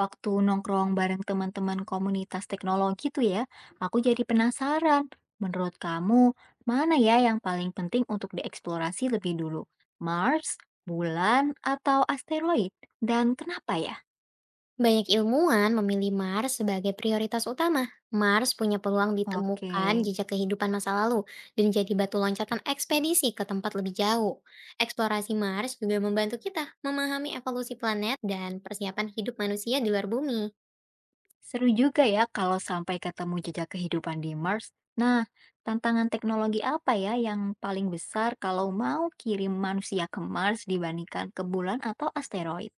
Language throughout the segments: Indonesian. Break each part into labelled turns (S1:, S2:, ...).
S1: Waktu nongkrong bareng teman-teman komunitas teknologi tuh ya, aku jadi penasaran. Menurut kamu, mana ya yang paling penting untuk dieksplorasi lebih dulu? Mars, bulan, atau asteroid? Dan kenapa ya?
S2: Banyak ilmuwan memilih Mars sebagai prioritas utama. Mars punya peluang
S1: Oke,
S2: ditemukan jejak kehidupan masa lalu dan jadi batu loncatan ekspedisi ke tempat lebih jauh. Eksplorasi Mars juga membantu kita memahami evolusi planet dan persiapan hidup manusia di luar bumi.
S1: seru juga ya kalau sampai ketemu jejak kehidupan di Mars. Nah, tantangan teknologi apa ya yang paling besar kalau mau kirim manusia ke Mars dibandingkan ke bulan atau asteroid?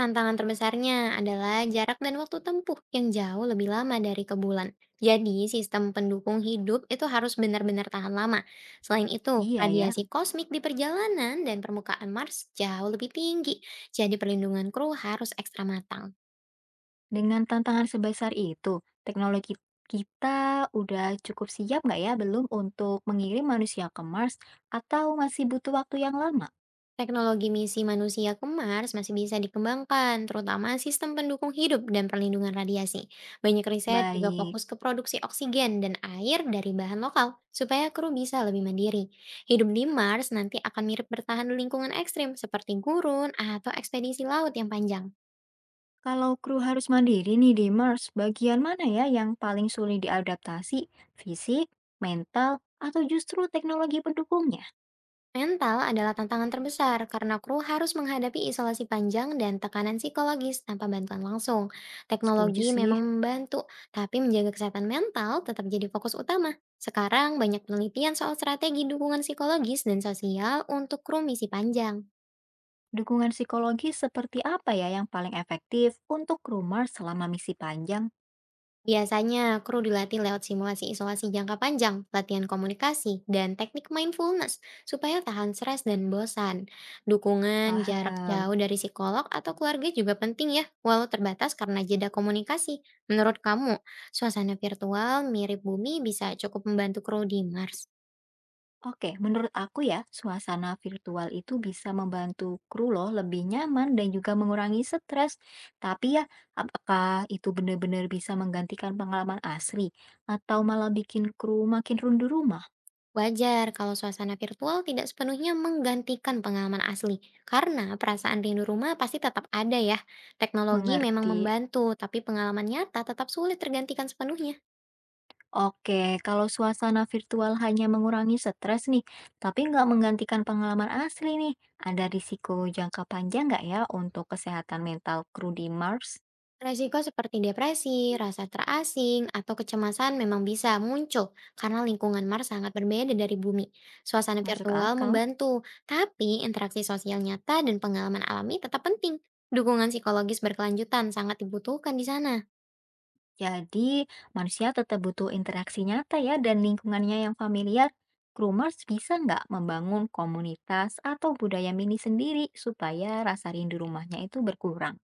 S2: Tantangan terbesarnya adalah jarak dan waktu tempuh yang jauh lebih lama dari ke bulan. Jadi, sistem pendukung hidup itu harus benar-benar tahan lama. Selain itu,
S1: Iya ya.
S2: radiasi kosmik di perjalanan dan permukaan Mars jauh lebih tinggi. Jadi, perlindungan kru harus ekstra matang.
S1: Dengan tantangan sebesar itu, teknologi kita udah cukup siap nggak ya belum untuk mengirim manusia ke Mars atau masih butuh waktu yang lama?
S2: Teknologi misi manusia ke Mars masih bisa dikembangkan, terutama sistem pendukung hidup dan perlindungan radiasi. Banyak riset juga
S1: Baik,
S2: fokus ke produksi oksigen dan air dari bahan lokal, supaya kru bisa lebih mandiri. Hidup di Mars nanti akan mirip bertahan di lingkungan ekstrim, seperti gurun atau ekspedisi laut yang panjang.
S1: kalau kru harus mandiri nih di Mars, bagian mana ya yang paling sulit diadaptasi? Fisik, mental, atau justru teknologi pendukungnya?
S2: Mental adalah tantangan terbesar karena kru harus menghadapi isolasi panjang dan tekanan psikologis tanpa bantuan langsung.
S1: Setuju
S2: Teknologi
S1: sih.
S2: memang membantu, tapi menjaga kesehatan mental tetap jadi fokus utama. Sekarang banyak penelitian soal strategi dukungan psikologis dan sosial untuk kru misi panjang.
S1: Dukungan psikologis seperti apa ya yang paling efektif untuk kru Mars selama misi panjang?
S2: Biasanya, kru dilatih lewat simulasi isolasi jangka panjang, latihan komunikasi, dan teknik mindfulness supaya tahan stres dan bosan. Dukungan jarak
S1: Paham.
S2: jauh dari psikolog atau keluarga juga penting ya, walau terbatas karena jeda komunikasi. Menurut kamu, suasana virtual mirip bumi bisa cukup membantu kru di Mars?
S1: Oke, menurut aku ya, suasana virtual itu bisa membantu kru loh lebih nyaman dan juga mengurangi stres. Tapi ya, apakah itu benar-benar bisa menggantikan pengalaman asli atau malah bikin kru makin rindu rumah?
S2: Wajar kalau suasana virtual tidak sepenuhnya menggantikan pengalaman asli, karena perasaan rindu rumah pasti tetap ada ya. Teknologi memang
S1: Mengerti.
S2: membantu, tapi pengalaman nyata tetap sulit tergantikan sepenuhnya.
S1: Oke, kalau suasana virtual hanya mengurangi stres nih, tapi nggak menggantikan pengalaman asli nih, ada risiko jangka panjang nggak ya untuk kesehatan mental kru di Mars?
S2: Resiko seperti depresi, rasa terasing, atau kecemasan memang bisa muncul karena lingkungan Mars sangat berbeda dari bumi. Suasana
S1: Masuk
S2: virtual
S1: akal.
S2: membantu, tapi interaksi sosial nyata dan pengalaman alami tetap penting. Dukungan psikologis berkelanjutan sangat dibutuhkan di sana.
S1: Jadi, manusia tetap butuh interaksi nyata ya dan lingkungannya yang familiar. Groomers bisa nggak membangun komunitas atau budaya mini sendiri supaya rasa rindu rumahnya itu berkurang?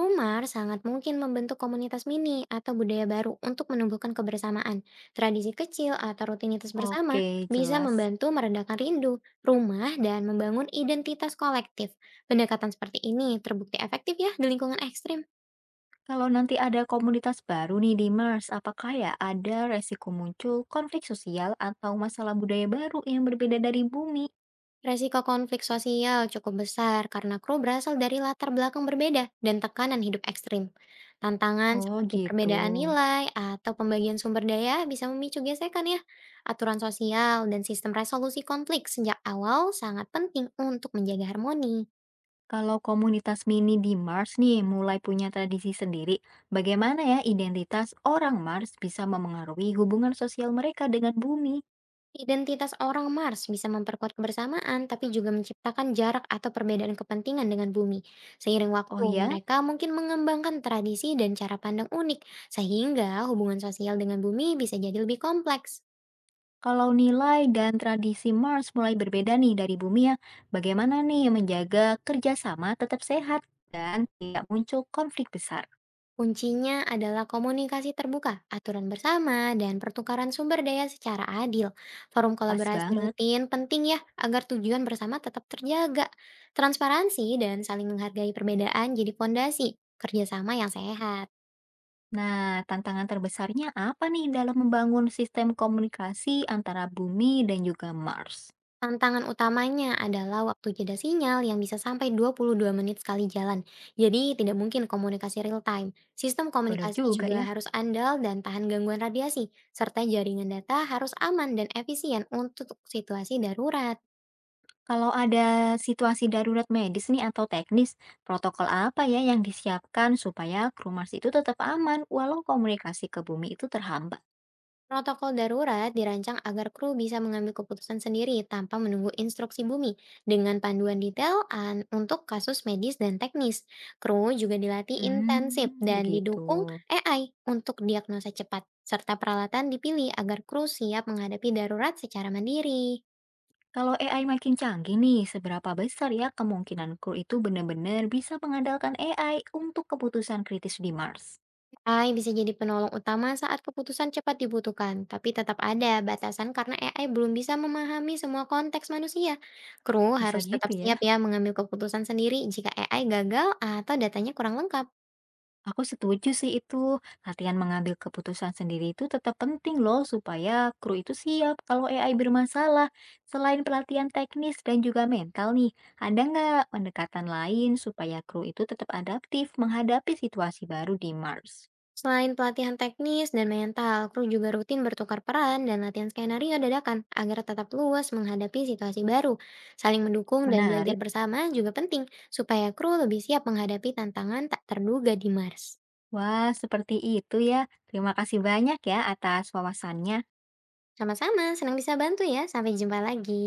S2: Rumah sangat mungkin membentuk komunitas mini atau budaya baru untuk menumbuhkan kebersamaan. Tradisi kecil atau rutinitas bersama
S1: Oke,
S2: bisa
S1: jelas.
S2: membantu meredakan rindu, rumah, dan membangun identitas kolektif. Pendekatan seperti ini terbukti efektif ya di lingkungan ekstrim.
S1: Kalau nanti ada komunitas baru nih di Mars, apakah ya ada resiko muncul konflik sosial atau masalah budaya baru yang berbeda dari bumi?
S2: Resiko konflik sosial cukup besar karena kru berasal dari latar belakang berbeda dan tekanan hidup ekstrim. Tantangan
S1: Oh
S2: seperti
S1: gitu.
S2: perbedaan nilai atau pembagian sumber daya bisa memicu gesekan ya. Aturan sosial dan sistem resolusi konflik sejak awal sangat penting untuk menjaga harmoni.
S1: Kalau komunitas mini di Mars nih mulai punya tradisi sendiri, bagaimana ya identitas orang Mars bisa memengaruhi hubungan sosial mereka dengan bumi?
S2: Identitas orang Mars bisa memperkuat kebersamaan, tapi juga menciptakan jarak atau perbedaan kepentingan dengan bumi. Seiring
S1: Oh
S2: waktu,
S1: ya,
S2: mereka mungkin mengembangkan tradisi dan cara pandang unik, sehingga hubungan sosial dengan bumi bisa jadi lebih kompleks.
S1: kalau nilai dan tradisi Mars mulai berbeda nih dari bumi ya, bagaimana nih menjaga kerjasama tetap sehat dan tidak muncul konflik besar?
S2: Kuncinya adalah komunikasi terbuka, aturan bersama, dan pertukaran sumber daya secara adil. Forum
S1: Pas
S2: kolaborasi
S1: banget.
S2: rutin penting ya, agar tujuan bersama tetap terjaga. Transparansi dan saling menghargai perbedaan jadi pondasi kerjasama yang sehat.
S1: Nah, tantangan terbesarnya apa nih dalam membangun sistem komunikasi antara bumi dan juga Mars?
S2: Tantangan utamanya adalah waktu jeda sinyal yang bisa sampai 22 menit sekali jalan. Jadi tidak mungkin komunikasi real time. Sistem
S1: Benar
S2: komunikasi
S1: juga
S2: juga
S1: ya.
S2: harus andal dan tahan gangguan radiasi, serta jaringan data harus aman dan efisien untuk situasi darurat.
S1: Kalau ada situasi darurat medis nih atau teknis, protokol apa ya yang disiapkan supaya Krumas itu tetap aman walau komunikasi ke bumi itu terhambat?
S2: Protokol darurat dirancang agar kru bisa mengambil keputusan sendiri tanpa menunggu instruksi bumi dengan panduan untuk kasus medis dan teknis. Kru juga dilatih
S1: Hmm,
S2: intensif dan
S1: begitu.
S2: didukung AI untuk diagnosa cepat, serta peralatan dipilih agar kru siap menghadapi darurat secara mandiri.
S1: Kalau AI makin canggih nih, seberapa besar ya kemungkinan kru itu benar-benar bisa mengandalkan AI untuk keputusan kritis di Mars?
S2: AI bisa jadi penolong utama saat keputusan cepat dibutuhkan, tapi tetap ada batasan karena AI belum bisa memahami semua konteks manusia. Kru
S1: Bisa
S2: harus tetap
S1: gitu ya?
S2: siap ya mengambil keputusan sendiri jika AI gagal atau datanya kurang lengkap.
S1: Aku setuju sih itu. Latihan mengambil keputusan sendiri itu tetap penting loh supaya kru itu siap kalau AI bermasalah. Selain pelatihan teknis dan juga mental nih, ada nggak pendekatan lain supaya kru itu tetap adaptif menghadapi situasi baru di Mars?
S2: Selain pelatihan teknis dan mental, kru juga rutin bertukar peran dan latihan skenario dadakan agar tetap luas menghadapi situasi baru. Saling mendukung dan belajar
S1: Menarik.
S2: bersama juga penting supaya kru lebih siap menghadapi tantangan tak terduga di Mars.
S1: Wah, seperti itu ya. Terima kasih banyak ya atas wawasannya.
S2: Sama-sama, senang bisa bantu ya. Sampai jumpa lagi.